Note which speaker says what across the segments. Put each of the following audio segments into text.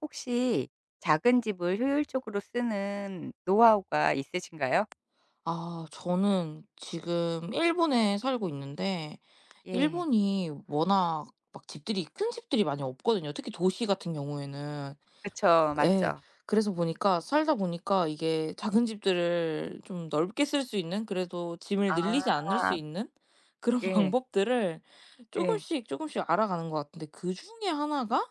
Speaker 1: 혹시 작은 집을 효율적으로 쓰는 노하우가 있으신가요?
Speaker 2: 아, 저는 지금 일본에 살고 있는데
Speaker 1: 예.
Speaker 2: 일본이 워낙 막 집들이 큰 집들이 많이 없거든요. 특히 도시 같은 경우에는.
Speaker 1: 그쵸.
Speaker 2: 예.
Speaker 1: 맞죠.
Speaker 2: 그래서 보니까 살다 보니까 이게
Speaker 1: 네.
Speaker 2: 작은 집들을 좀 넓게 쓸 수 있는, 그래도 짐을 늘리지
Speaker 1: 아.
Speaker 2: 않을 수 있는 그런
Speaker 1: 예.
Speaker 2: 방법들을 조금
Speaker 1: 예.
Speaker 2: 씩 조금씩 알아가는 것 같은데, 그중에 하나가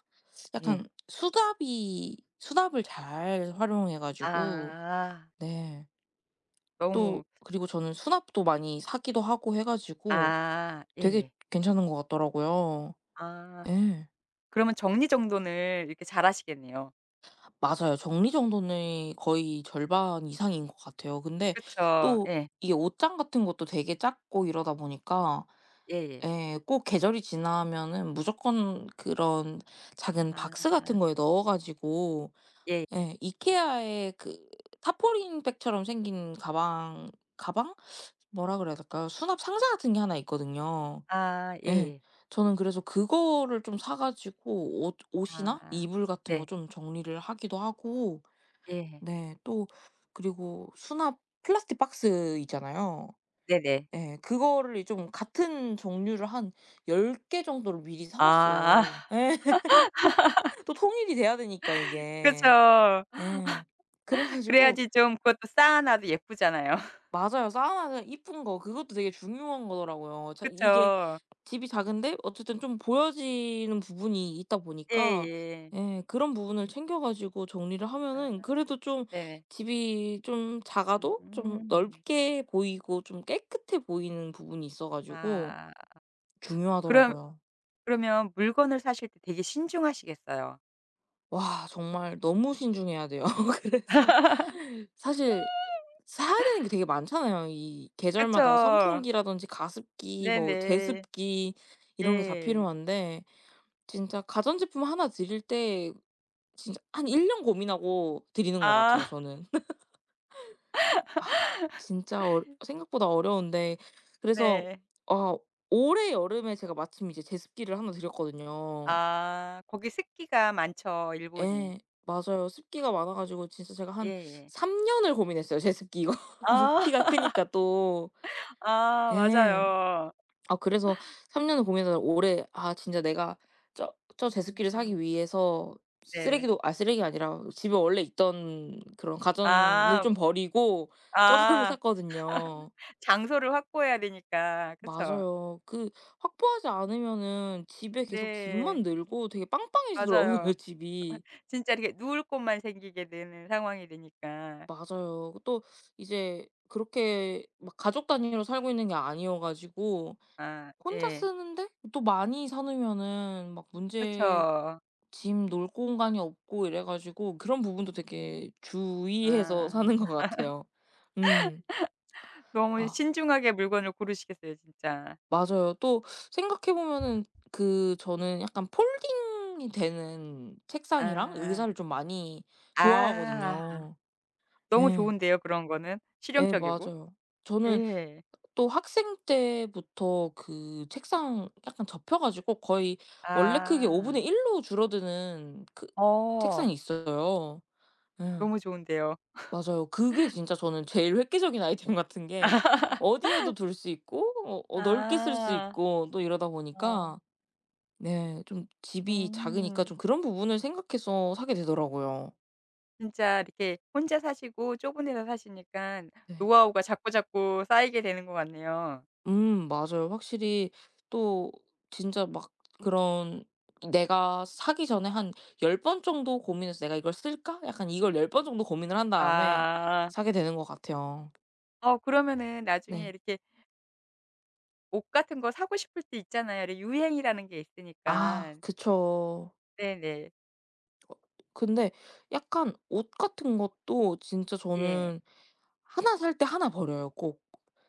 Speaker 1: 예.
Speaker 2: 약간 수납이 수납을 잘 활용해 가지고.
Speaker 1: 아.
Speaker 2: 네. 또
Speaker 1: 너무.
Speaker 2: 그리고 저는 수납도 많이 사기도 하고 해 가지고
Speaker 1: 아.
Speaker 2: 되게
Speaker 1: 예예.
Speaker 2: 괜찮은 것 같더라고요.
Speaker 1: 아.
Speaker 2: 예.
Speaker 1: 그러면 정리정돈을 이렇게 잘하시겠네요.
Speaker 2: 맞아요. 정리정돈의 거의 절반 이상인 것 같아요. 근데
Speaker 1: 그쵸.
Speaker 2: 또
Speaker 1: 예.
Speaker 2: 이게 옷장 같은 것도 되게 작고 이러다 보니까,
Speaker 1: 예예.
Speaker 2: 예, 꼭 계절이 지나면은 무조건 그런 작은
Speaker 1: 아.
Speaker 2: 박스 같은 거에 넣어 가지고.
Speaker 1: 예.
Speaker 2: 예. 이케아의 그 타포린 백처럼 생긴 가방, 가방? 뭐라 그래야 될까요? 수납 상자 같은 게 하나 있거든요.
Speaker 1: 아.
Speaker 2: 예.
Speaker 1: 예예.
Speaker 2: 저는 그래서 그거를 좀 사 가지고 옷 옷이나
Speaker 1: 아.
Speaker 2: 이불 같은 거
Speaker 1: 네.
Speaker 2: 좀 정리를 하기도 하고.
Speaker 1: 예.
Speaker 2: 네. 또 그리고 수납 플라스틱 박스 있잖아요.
Speaker 1: 네네.
Speaker 2: 예. 그거를 좀 같은 종류를 한 10개 정도를 미리 사
Speaker 1: 아.
Speaker 2: 놓았어요. 예. 또 통일이 돼야 되니까 이게.
Speaker 1: 그쵸.
Speaker 2: 예. 그래 가지고.
Speaker 1: 그래야지 좀 그것도 쌓아 놔도 예쁘잖아요.
Speaker 2: 맞아요. 쌓아 놔야 이쁜 거, 그것도 되게 중요한 거더라고요. 자, 이게
Speaker 1: 그쵸.
Speaker 2: 집이 작은데 어쨌든 좀 보여지는 부분이 있다 보니까,
Speaker 1: 예예.
Speaker 2: 예, 그런 부분을 챙겨 가지고 정리를
Speaker 1: 아.
Speaker 2: 하면은 그래도 좀
Speaker 1: 네네.
Speaker 2: 집이 좀 작아도 좀
Speaker 1: 음.
Speaker 2: 넓게 보이고 좀 깨끗해 보이는 부분이 있어 가지고
Speaker 1: 아. 그럼
Speaker 2: 중요하더라고요.
Speaker 1: 그러면 물건을 사실 때 되게 신중하시겠어요.
Speaker 2: 와, 정말 너무 신중해야 돼요. 그래서 사실 사야 되는 게 되게 많잖아요. 이 계절마다
Speaker 1: 그쵸.
Speaker 2: 선풍기라든지 가습기, 뭐
Speaker 1: 네네.
Speaker 2: 제습기 이런 게 다
Speaker 1: 예.
Speaker 2: 필요한데, 진짜 가전제품 하나 들일 때 진짜 한 1년 고민하고 드리는 것 같아요
Speaker 1: 아.
Speaker 2: 저는. 아, 진짜 어 생각보다 어려운데. 그래서
Speaker 1: 네.
Speaker 2: 아, 올해 여름에 제가 마침 이제 제습기를 하나 드렸거든요.
Speaker 1: 아, 거기 습기가 많죠, 일본이.
Speaker 2: 예. 맞아요. 습기가 많아 가지고 진짜 제가 한
Speaker 1: 예예.
Speaker 2: 3 년을 고민했어요, 제습기 이거.
Speaker 1: 아.
Speaker 2: 부피가 크니까 또.
Speaker 1: 아,
Speaker 2: 예.
Speaker 1: 맞아요.
Speaker 2: 아, 그래서 3 년을 고민하다 올해 '아, 진짜 내가 저 저 제습기를 사기
Speaker 1: 음.
Speaker 2: 위해서
Speaker 1: 네.
Speaker 2: 쓰레기도' 아, 쓰레기가 아니라 집에 원래 있던 그런 가전을
Speaker 1: 아.
Speaker 2: 좀 버리고 저거를
Speaker 1: 아.
Speaker 2: 샀거든요.
Speaker 1: 장소를 확보해야 되니까. 그쵸?
Speaker 2: 맞아요. 그 확보하지 않으면은 집에 계속 집만
Speaker 1: 네.
Speaker 2: 늘고 되게 빵빵해지더라고요
Speaker 1: 맞아요.
Speaker 2: 집이.
Speaker 1: 진짜 이렇게 누울 곳만 생기게 되는 상황이 되니까.
Speaker 2: 맞아요. 또 이제 그렇게 막 가족 단위로 살고 있는 게 아니어 가지고,
Speaker 1: 아,
Speaker 2: 혼자
Speaker 1: 예.
Speaker 2: 쓰는데 또 많이 사 놓으면은 막 문제
Speaker 1: 그쵸.
Speaker 2: 짐 놓을 공간이 없고 이래 가지고, 그런 부분도 되게 주의해서 사는 것
Speaker 1: 아.
Speaker 2: 같아요. 음.
Speaker 1: 너무
Speaker 2: 아,
Speaker 1: 신중하게 물건을 고르시겠어요 진짜.
Speaker 2: 맞아요. 또 생각해 보면은, 그 저는 약간 폴딩이 되는 책상이랑
Speaker 1: 아.
Speaker 2: 의자를 좀 많이
Speaker 1: 아.
Speaker 2: 좋아하거든요.
Speaker 1: 너무
Speaker 2: 예.
Speaker 1: 좋은데요 그런 거는.
Speaker 2: 예,
Speaker 1: 실용적이고.
Speaker 2: 맞아요. 저는
Speaker 1: 예.
Speaker 2: 또 학생 때부터 그 책상 약간 접혀 가지고 거의 원래 크기 5
Speaker 1: 아.
Speaker 2: 분의 1로 줄어드는 그 책상이
Speaker 1: 어.
Speaker 2: 있어요. 예.
Speaker 1: 너무 좋은데요.
Speaker 2: 맞아요. 그게 진짜 저는 제일 획기적인 아이템 같은 게, 어디에도 둘 수 있고 넓게 쓸 수
Speaker 1: 아.
Speaker 2: 있고 또 이러다
Speaker 1: 어.
Speaker 2: 보니까. 네. 좀 집이 작으니까
Speaker 1: 음.
Speaker 2: 좀 그런 부분을 생각해서 사게 되더라고요.
Speaker 1: 진짜 이렇게 혼자 사시고 좁은 데서 사시니깐
Speaker 2: 네.
Speaker 1: 노하우가 자꾸자꾸 쌓이게 되는 것 같네요.
Speaker 2: 음, 맞아요. 확실히 또 진짜 막 그런, 내가 사기 전에 한 10번 정도 고민해서 '내가 이걸 쓸까?' 약간 이걸 10번 정도 고민을 한 다음에
Speaker 1: 아.
Speaker 2: 사게 되는 것 같아요.
Speaker 1: 어, 그러면은 나중에
Speaker 2: 네.
Speaker 1: 이렇게 옷 같은 거 사고 싶을 때 있잖아요. 이렇게 유행이라는 게
Speaker 2: 아,
Speaker 1: 있으니까.
Speaker 2: 그쵸.
Speaker 1: 네네.
Speaker 2: 근데 약간 옷 같은 것도 진짜
Speaker 1: 예.
Speaker 2: 저는 하나 살 때 하나 버려요 꼭.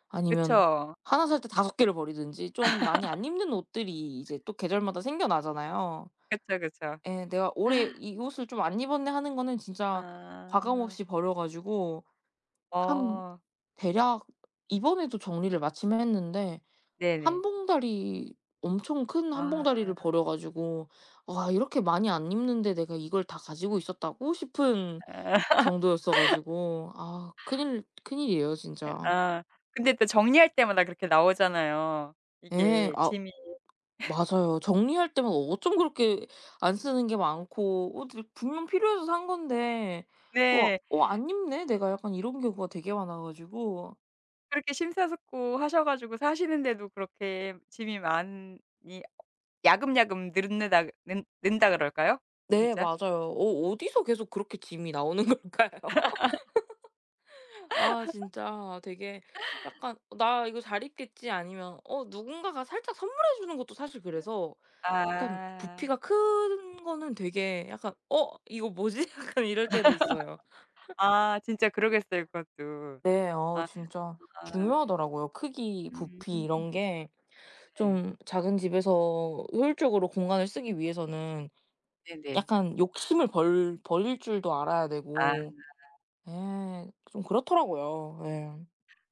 Speaker 2: 아니면
Speaker 1: 그쵸.
Speaker 2: 하나 살 때 다섯 개를 버리든지. 좀 많이 안 입는 옷들이 이제 또 계절마다 생겨나잖아요.
Speaker 1: 그쵸, 그쵸.
Speaker 2: 예. 내가 '올해 이 옷을 좀 안 입었네.' 하는 거는 진짜 과감
Speaker 1: 아.
Speaker 2: 없이 버려 가지고. 한,
Speaker 1: 어.
Speaker 2: 대략, 이번에도 정리를 마침 했는데 한
Speaker 1: 네네.
Speaker 2: 봉다리 엄청 큰 한
Speaker 1: 아.
Speaker 2: 봉다리를 버려 가지고, '와, 이렇게 많이 안 입는데 내가 이걸 다 가지고 있었다고?' 싶은 정도였어 가지고, 아, 큰일이에요 진짜.
Speaker 1: 아. 근데 또 정리할 때마다 그렇게 나오잖아요,
Speaker 2: 예.
Speaker 1: 이게
Speaker 2: 아,
Speaker 1: 짐이.
Speaker 2: 맞아요. 정리할 때마다 어쩜 그렇게 안 쓰는 게 많고. 어, 근데 분명 필요해서 산 건데 또 아,
Speaker 1: 네.
Speaker 2: '어, 안 입네 내가.' 약간 이런 경우가 되게 많아 가지고.
Speaker 1: 그렇게 심사숙고하셔 가지고 사시는데도 그렇게 짐이 많이 야금야금 늘는다 는 는다 그럴까요?
Speaker 2: 네,
Speaker 1: 진짜?
Speaker 2: 맞아요. 어, 어디서 계속 그렇게 짐이 나오는 걸까요? 아, 진짜 되게 약간 "어, '나 이거 잘 입겠지.' 아니면 어 누군가가 살짝 선물해 주는 것도 사실 그래서 약간
Speaker 1: 아.
Speaker 2: 부피가 큰 거는 되게 약간 '어, 이거 뭐지?' 약간 이럴 때도 있어요.
Speaker 1: 아, 진짜 그러겠어요 그것도.
Speaker 2: 네. 어,
Speaker 1: 아.
Speaker 2: 진짜
Speaker 1: 아.
Speaker 2: 중요하더라고요, 크기,
Speaker 1: 음.
Speaker 2: 부피 이런 게.
Speaker 1: 네.
Speaker 2: 좀 작은 집에서 효율적으로 공간을 쓰기 위해서는
Speaker 1: 네네.
Speaker 2: 약간 욕심을 벌 버릴 줄도 알아야
Speaker 1: 아,
Speaker 2: 되고. 예, 좀 그렇더라고요. 예.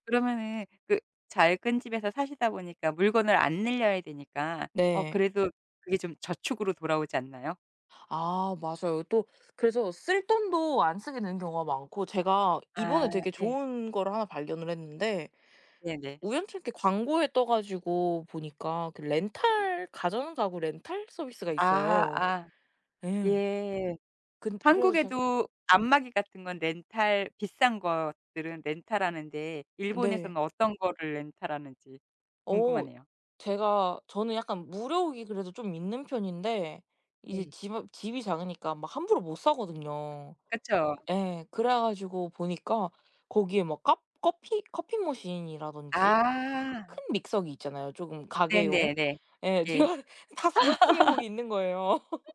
Speaker 1: 그러면은 그 작은 집에서 사시다 보니까 물건을 안 늘려야 되니까 어
Speaker 2: 네.
Speaker 1: 그래도 그게 좀 저축으로 돌아오지 않나요?
Speaker 2: 아, 맞아요. 또 그래서 쓸 돈도 안 쓰게 되는 경우가 많고. 제가
Speaker 1: 아,
Speaker 2: 이번에 되게
Speaker 1: 예.
Speaker 2: 좋은 거를 하나 발견을 했는데,
Speaker 1: 네네.
Speaker 2: 우연찮게 광고에 떠 가지고 보니까 그
Speaker 1: 음.
Speaker 2: 렌탈, 가전 가구 렌탈 서비스가
Speaker 1: 아.
Speaker 2: 있어요.
Speaker 1: 아.
Speaker 2: 예.
Speaker 1: 예.
Speaker 2: 근 그래서 제
Speaker 1: 한국에도 안마기 같은 건 렌탈 비싼 것들은 렌탈하는데
Speaker 2: 네.
Speaker 1: 일본에서는 어떤 거를 렌탈하는지
Speaker 2: 어,
Speaker 1: 궁금하네요.
Speaker 2: 제가 저는 약간 무료욕이 그래도 좀 있는 편인데, 이제
Speaker 1: 네.
Speaker 2: 집 집이 작으니까 막 함부로 못 사거든요.
Speaker 1: 그쵸.
Speaker 2: 예. 그래 가지고 보니까 거기에 막 카 커피 커피 머신이라든지
Speaker 1: 아.
Speaker 2: 큰 믹서기 있잖아요, 조금 가게용.
Speaker 1: 네네네.
Speaker 2: 예. 제가
Speaker 1: 예.
Speaker 2: 다 사고 싶은 게 거기 있는 거예요.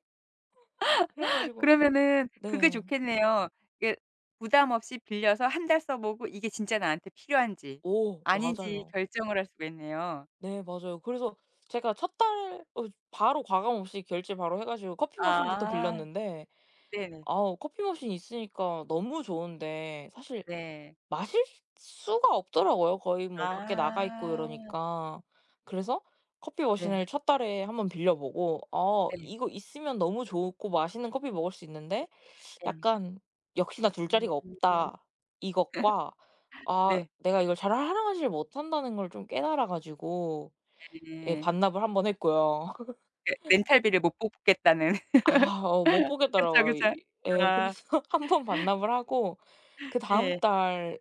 Speaker 2: 그래 가지고.
Speaker 1: 그러면은 그게
Speaker 2: 네.
Speaker 1: 좋겠네요. 이게 부담 없이 빌려서 한 달 써 보고 이게 진짜 나한테 필요한지
Speaker 2: 오,
Speaker 1: 아닌지
Speaker 2: 맞아요.
Speaker 1: 결정을 할 수가 있네요.
Speaker 2: 네, 맞아요. 그래서 제가 첫 달 어 바로 과감 없이 결제 바로 해 가지고 커피 머신부터
Speaker 1: 아.
Speaker 2: 빌렸는데,
Speaker 1: 네네.
Speaker 2: 아우, 커피 머신 있으니까 너무 좋은데 사실
Speaker 1: 네.
Speaker 2: 마실 수가 없더라고요. 거의 뭐 밖에 나가 있고
Speaker 1: 아.
Speaker 2: 이러니까. 그래서 커피 머신을
Speaker 1: 네.
Speaker 2: 첫 달에 한번 빌려 보고, 어,
Speaker 1: 네.
Speaker 2: 이거 있으면 너무 좋고 맛있는 커피 먹을 수 있는데
Speaker 1: 네.
Speaker 2: 약간 '역시나 둘 자리가
Speaker 1: 음.
Speaker 2: 없다.' 이것과, 아,
Speaker 1: 네.
Speaker 2: 내가 이걸 잘 활용하지 못한다는 걸 좀 깨달아 가지고, 예,
Speaker 1: 예.
Speaker 2: 반납을 한번 했고요.
Speaker 1: 그 렌탈비를 못 뽑겠다는.
Speaker 2: 아, 어, 못
Speaker 1: 그쵸,
Speaker 2: 보겠더라고요,
Speaker 1: 그쵸.
Speaker 2: 이. 예.
Speaker 1: 아.
Speaker 2: 그래서 한번 반납을 하고 그다음
Speaker 1: 예.
Speaker 2: 달,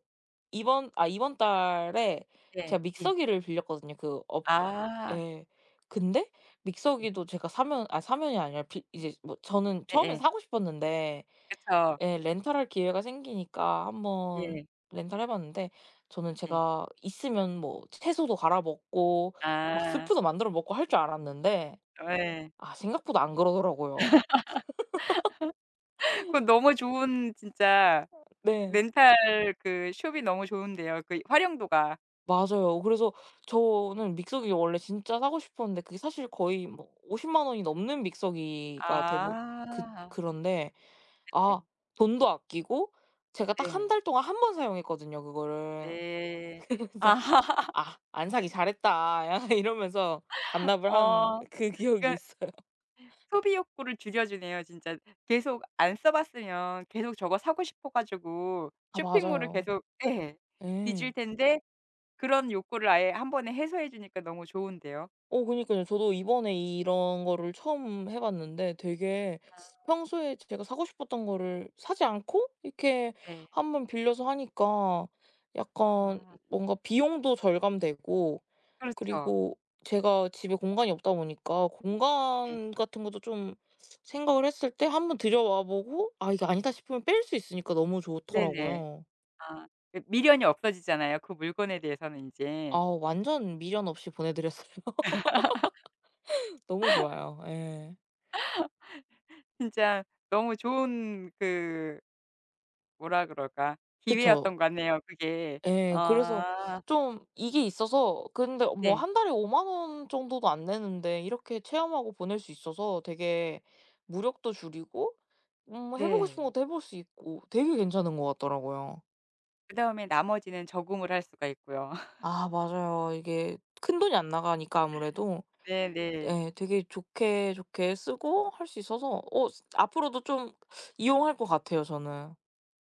Speaker 2: 이번 달에
Speaker 1: 예.
Speaker 2: 제가
Speaker 1: 예.
Speaker 2: 믹서기를 빌렸거든요, 그 업
Speaker 1: 아.
Speaker 2: 예. 근데 믹서기도 제가 사면, 아, 사면이 아니라 빌 이제, 뭐 저는 처음엔
Speaker 1: 예예.
Speaker 2: 사고 싶었는데,
Speaker 1: 그쵸.
Speaker 2: 예, 렌탈할 기회가 생기니까 한번
Speaker 1: 예.
Speaker 2: 렌탈해 봤는데, 저는
Speaker 1: 예.
Speaker 2: 제가 있으면 뭐 채소도 갈아 먹고 막
Speaker 1: 아.
Speaker 2: 스프도 만들어 먹고 할 줄 알았는데
Speaker 1: 예.
Speaker 2: 아, 생각보다 안 그러더라고요.
Speaker 1: 그건 너무 좋은, 진짜
Speaker 2: 네.
Speaker 1: 렌탈 그 숍이 너무 좋은데요, 그 활용도가.
Speaker 2: 맞아요. 그래서 저는 믹서기 원래 진짜 사고 싶었는데, 그게 사실 거의 뭐 5 0만 원이 넘는 믹서기가 대부 그
Speaker 1: 아.
Speaker 2: 그런데
Speaker 1: 네.
Speaker 2: 아, 돈도 아끼고, 제가 딱 한
Speaker 1: 네.
Speaker 2: 달 동안 한 번 사용했거든요 그거를.
Speaker 1: 네.
Speaker 2: 그래서
Speaker 1: 아.
Speaker 2: '아, 안 사기 잘했다.' 약간 이러면서 반납을 한
Speaker 1: 어.
Speaker 2: 그 기억이
Speaker 1: 그러니까
Speaker 2: 있어요.
Speaker 1: 소비 욕구를 줄여 주네요, 진짜. 계속 안 써 봤으면 계속 저거 사고 싶어 가지고
Speaker 2: 아,
Speaker 1: 쇼핑몰을
Speaker 2: 맞아요.
Speaker 1: 계속, 예.
Speaker 2: 예.
Speaker 1: 뒤질 텐데 그런 욕구를 아예 한 번에 해소해 주니까 너무 좋은데요.
Speaker 2: 어, 그니까요, 저도 이번에 이런 거를 처음 해 봤는데 되게
Speaker 1: 아.
Speaker 2: 평소에 제가 사고 싶었던 거를 사지 않고 이렇게
Speaker 1: 네.
Speaker 2: 한번 빌려서 하니까 약간
Speaker 1: 아.
Speaker 2: 뭔가 비용도 절감되고,
Speaker 1: 그렇죠.
Speaker 2: 그리고 제가 집에 공간이 없다 보니까
Speaker 1: 네.
Speaker 2: 공간 같은 것도 좀 생각을 했을 때 한번 들여와 보고 '아, 이게 아니다.' 싶으면 뺄 수 있으니까 너무
Speaker 1: 네네.
Speaker 2: 좋더라고요.
Speaker 1: 아. 그 미련이 없어지잖아요. 그 물건에 대해서는
Speaker 2: 아,
Speaker 1: 인제.
Speaker 2: 완전 미련 없이 보내 드렸어요. 너무 좋아요. 예.
Speaker 1: 진짜 너무 좋은 그 뭐라 그럴까.
Speaker 2: 그쵸.
Speaker 1: 기회였던 것 같네요 그게.
Speaker 2: 예. 그래서
Speaker 1: 아.
Speaker 2: 좀 이게 있어서, 근데 뭐
Speaker 1: 네.
Speaker 2: 한 달에 5만 원 정도도 안 내는데 이렇게 체험하고 보낼 수 있어서 되게 무력도 줄이고, 음, 해 보고 싶은
Speaker 1: 네.
Speaker 2: 것도 해볼 수 있고 되게 괜찮은 것 같더라고요.
Speaker 1: 그다음에 나머지는 적응을 할 수가 있고요.
Speaker 2: 아, 맞아요. 이게 큰돈이 안 나가니까 아무래도.
Speaker 1: 네네.
Speaker 2: 예. 되게 좋게, 좋게 쓰고 할 수 있어서, 어, 앞으로도 좀 이용할 것 같아요 저는.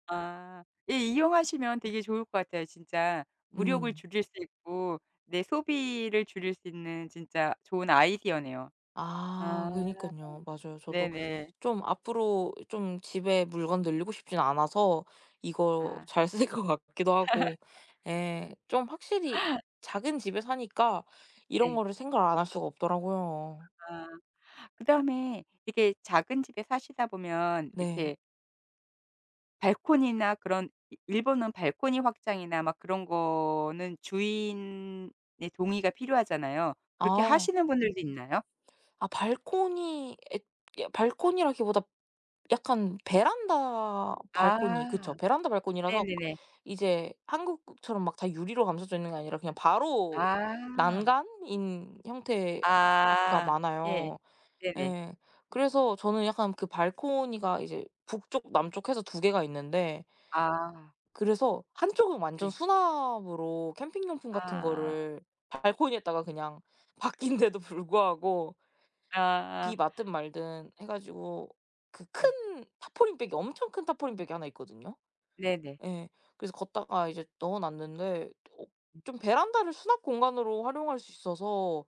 Speaker 1: 아. 예, 이용하시면 되게 좋을 것 같아요. 진짜 무력을
Speaker 2: 음.
Speaker 1: 줄일 수 있고 내 소비를 줄일 수 있는 진짜 좋은 아이디어네요.
Speaker 2: 아,
Speaker 1: 아.
Speaker 2: 그니깐요. 맞아요. 저도
Speaker 1: 네네.
Speaker 2: 좀 앞으로 좀 집에 물건 늘리고 싶진 않아서 이거
Speaker 1: 아.
Speaker 2: 잘 쓸 것 같기도 하고. 예, 좀 확실히 작은 집에 사니까 이런
Speaker 1: 네.
Speaker 2: 거를 생각을 안 할 수가 없더라고요.
Speaker 1: 아. 그다음에 이게 작은 집에 사시다 보면
Speaker 2: 네.
Speaker 1: 이렇게 발코니나 그런, 이 일본은 발코니 확장이나 막 그런 거는 주인의 동의가 필요하잖아요. 그렇게
Speaker 2: 아.
Speaker 1: 하시는 분들도 있나요?
Speaker 2: 아, 발코니 야, 발코니라기보다 약간 베란다, 발코니, 그쵸,
Speaker 1: 아.
Speaker 2: 베란다 발코니라서
Speaker 1: 네네네.
Speaker 2: 이제 한국처럼 막 다 유리로 감싸져 있는 게 아니라 그냥 바로
Speaker 1: 아.
Speaker 2: 난간인 형태가
Speaker 1: 아. 예.
Speaker 2: 많아요.
Speaker 1: 네네.
Speaker 2: 예. 그래서 저는 약간 그 발코니가 이제 북쪽 남쪽 해서 두 개가 있는데,
Speaker 1: 아.
Speaker 2: 그래서 한쪽은 완전
Speaker 1: 네.
Speaker 2: 수납으로 캠핑용품 같은
Speaker 1: 아.
Speaker 2: 거를 발코니에다가 그냥 바뀐데도 불구하고 비
Speaker 1: 아.
Speaker 2: 맞든 말든 해 가지고, 그
Speaker 1: 네,
Speaker 2: 큰 타포린백이 엄청 큰 타포린백이 하나 있거든요.
Speaker 1: 네네.
Speaker 2: 예. 그래서 걷다가 이제 넣어 놨는데, 어, 좀 베란다를 수납 공간으로 활용할 수 있어서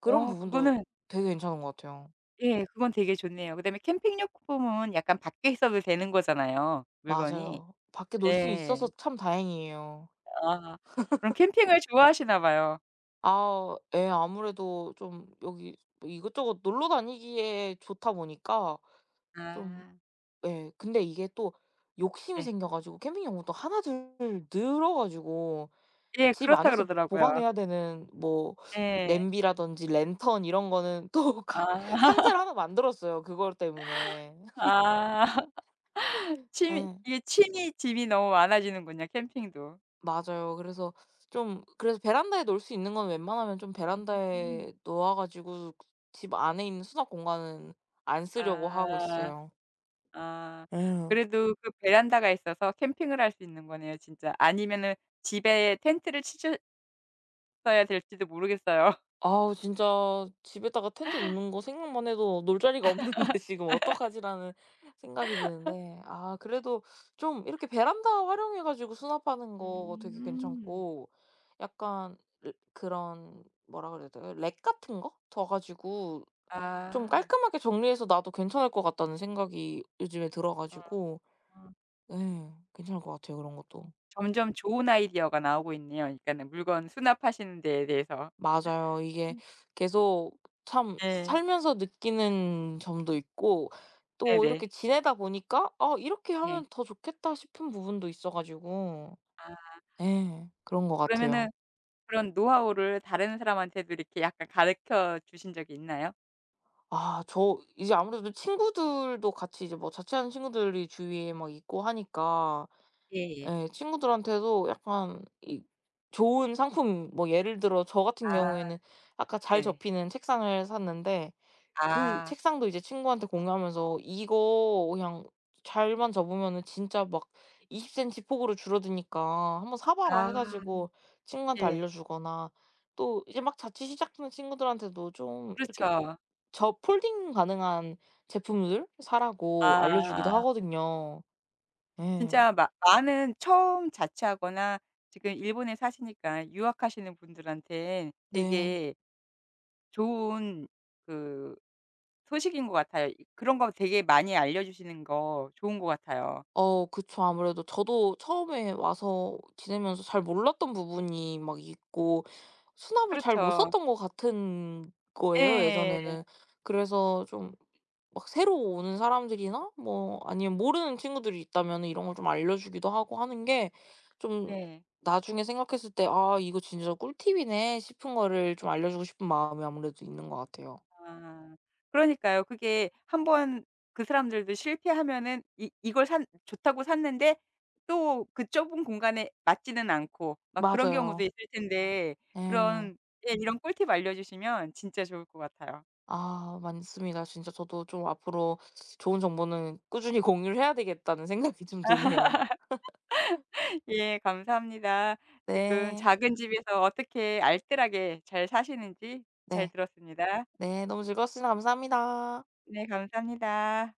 Speaker 2: 그런
Speaker 1: 어,
Speaker 2: 부분도
Speaker 1: 그거는
Speaker 2: 되게 괜찮은 것 같아요.
Speaker 1: 예, 그건 되게 좋네요. 그다음에 캠핑 용품은 약간 밖에 있어도 되는 거잖아요, 물건이.
Speaker 2: 맞아요. 밖에 놀 수 있어서
Speaker 1: 네.
Speaker 2: 참 다행이에요.
Speaker 1: 아. 그럼 캠핑을 좋아하시나 봐요.
Speaker 2: 아, 예, 아무래도 좀 여기 뭐 이것저것 놀러 다니기에 좋다 보니까 좀.
Speaker 1: 아.
Speaker 2: 예, 근데 이게 또 욕심이
Speaker 1: 네.
Speaker 2: 생겨 가지고 캠핑 용품도 하나둘 늘어 가지고
Speaker 1: 예,
Speaker 2: 집
Speaker 1: 그렇다
Speaker 2: 안에서
Speaker 1: 그러더라고요.
Speaker 2: 보관해야 되는, 뭐,
Speaker 1: 예.
Speaker 2: 냄비라든지 랜턴 이런 거는, 또 가
Speaker 1: 아.
Speaker 2: 상자를 하나 만들었어요, 그거 때문에.
Speaker 1: 아. 취미,
Speaker 2: 예.
Speaker 1: 이게 취미 짐이 너무 많아지는군요 캠핑도.
Speaker 2: 맞아요. 그래서 베란다에 놓을 수 있는 건 웬만하면 좀
Speaker 1: 음.
Speaker 2: 베란다에 놓아 가지고 집 안에 있는 수납 공간은 안 쓰려고 하고
Speaker 1: 아.
Speaker 2: 있어요.
Speaker 1: 아.
Speaker 2: 예.
Speaker 1: 그래도 그 베란다가 있어서 캠핑을 할 수 있는 거네요 진짜. 아니면은 집에 텐트를 치셨어야 될지도 모르겠어요.
Speaker 2: 아우, 진짜 집에다가 텐트 놓는 거 생각만 해도 놀 자리가 없는데 지금 어떡하지라는 생각이 드는데, 아, 그래도 좀 이렇게 베란다 활용해 가지고 수납하는 거 되게
Speaker 1: 음.
Speaker 2: 괜찮고, 약간 그런, 뭐라 그래야 돼요, 랙 같은 거 둬 가지고 좀
Speaker 1: 아.
Speaker 2: 깔끔하게 정리해서 놔도 괜찮을 것 같다는 생각이 요즘에 들어 가지고,
Speaker 1: 어.
Speaker 2: 예, 괜찮을 것 같아요 그런 것도.
Speaker 1: 점점 좋은 아이디어가 나오고 있네요. 그러니까는 물건 수납하시는 데에 대해서.
Speaker 2: 맞아요. 이게
Speaker 1: 음.
Speaker 2: 계속 참
Speaker 1: 네.
Speaker 2: 살면서 느끼는 점도 있고, 또
Speaker 1: 네네.
Speaker 2: 이렇게 지내다 보니까 '아, 이렇게
Speaker 1: 네.
Speaker 2: 하면 더 좋겠다.' 싶은 부분도 있어 가지고.
Speaker 1: 아.
Speaker 2: 예, 그런 것 같아요.
Speaker 1: 그러면은 그런 노하우를 다른 사람한테도 이렇게 약간 가르쳐 주신 적이 있나요?
Speaker 2: 아, 저 이제 아무래도 친구들도 같이 이제 뭐 자취하는 친구들이 주위에 막 있고 하니까,
Speaker 1: 예예.
Speaker 2: 예, 친구들한테도 약간 이 좋은 상품, 뭐 예를 들어 저 같은
Speaker 1: 아.
Speaker 2: 경우에는 아까 잘
Speaker 1: 네네.
Speaker 2: 접히는 책상을 샀는데, 그
Speaker 1: 아.
Speaker 2: 책상도 이제 친구한테 공유하면서 "이거 그냥 잘만 접으면은 진짜 막 20센티 폭으로 줄어드니까 한번 사 봐라."
Speaker 1: 아.
Speaker 2: 해 가지고 친구한테
Speaker 1: 예.
Speaker 2: 알려주거나, 또 이제 막 자취 시작하는 친구들한테도 좀 이렇게
Speaker 1: 그렇죠.
Speaker 2: 접 폴딩 가능한 제품들 사라고 알려주기도
Speaker 1: 아.
Speaker 2: 하거든요. 예.
Speaker 1: 진짜 마 많은 처음 자취하거나 지금 일본에 사시니까 유학하시는 분들한테
Speaker 2: 네.
Speaker 1: 되게 좋은 그 소식인 것 같아요. 이 그런 거 되게 많이 알려 주시는 거 좋은 것 같아요.
Speaker 2: 어, 그쵸. 아무래도 저도 처음에 와서 지내면서 잘 몰랐던 부분이 막 있고 수납을 잘 못
Speaker 1: 그렇죠.
Speaker 2: 썼던 것 같은 거예요
Speaker 1: 예.
Speaker 2: 예전에는. 그래서 좀, 막 새로 오는 사람들이나 뭐 아니면 모르는 친구들이 있다면 이런 걸 좀 알려주기도 하고 하는 게, 좀
Speaker 1: 예.
Speaker 2: 나중에 생각했을 때 '아, 이거 진짜 꿀팁이네.' 싶은 거를 좀 알려주고 싶은 마음이 아무래도 있는 것 같아요.
Speaker 1: 아. 그러니까요. 그게 한번 그 사람들도 실패하면은 이 이걸 산, 좋다고 샀는데 또 그 좁은 공간에 맞지는 않고 막 그런 경우도
Speaker 2: 맞아요.
Speaker 1: 있을 텐데
Speaker 2: 예.
Speaker 1: 그런, 예, 이런 꿀팁 알려주시면 진짜 좋을 것 같아요.
Speaker 2: 아, 많습니다. 진짜 저도 좀 앞으로 좋은 정보는 꾸준히 공유를 해야 되겠다는 생각이 좀 드네요.
Speaker 1: 예, 감사합니다. 지금
Speaker 2: 네.
Speaker 1: 작은 집에서 어떻게 알뜰하게 잘 사시는지 잘
Speaker 2: 네.
Speaker 1: 들었습니다.
Speaker 2: 네. 너무 즐거웠습니다. 감사합니다.
Speaker 1: 네, 감사합니다.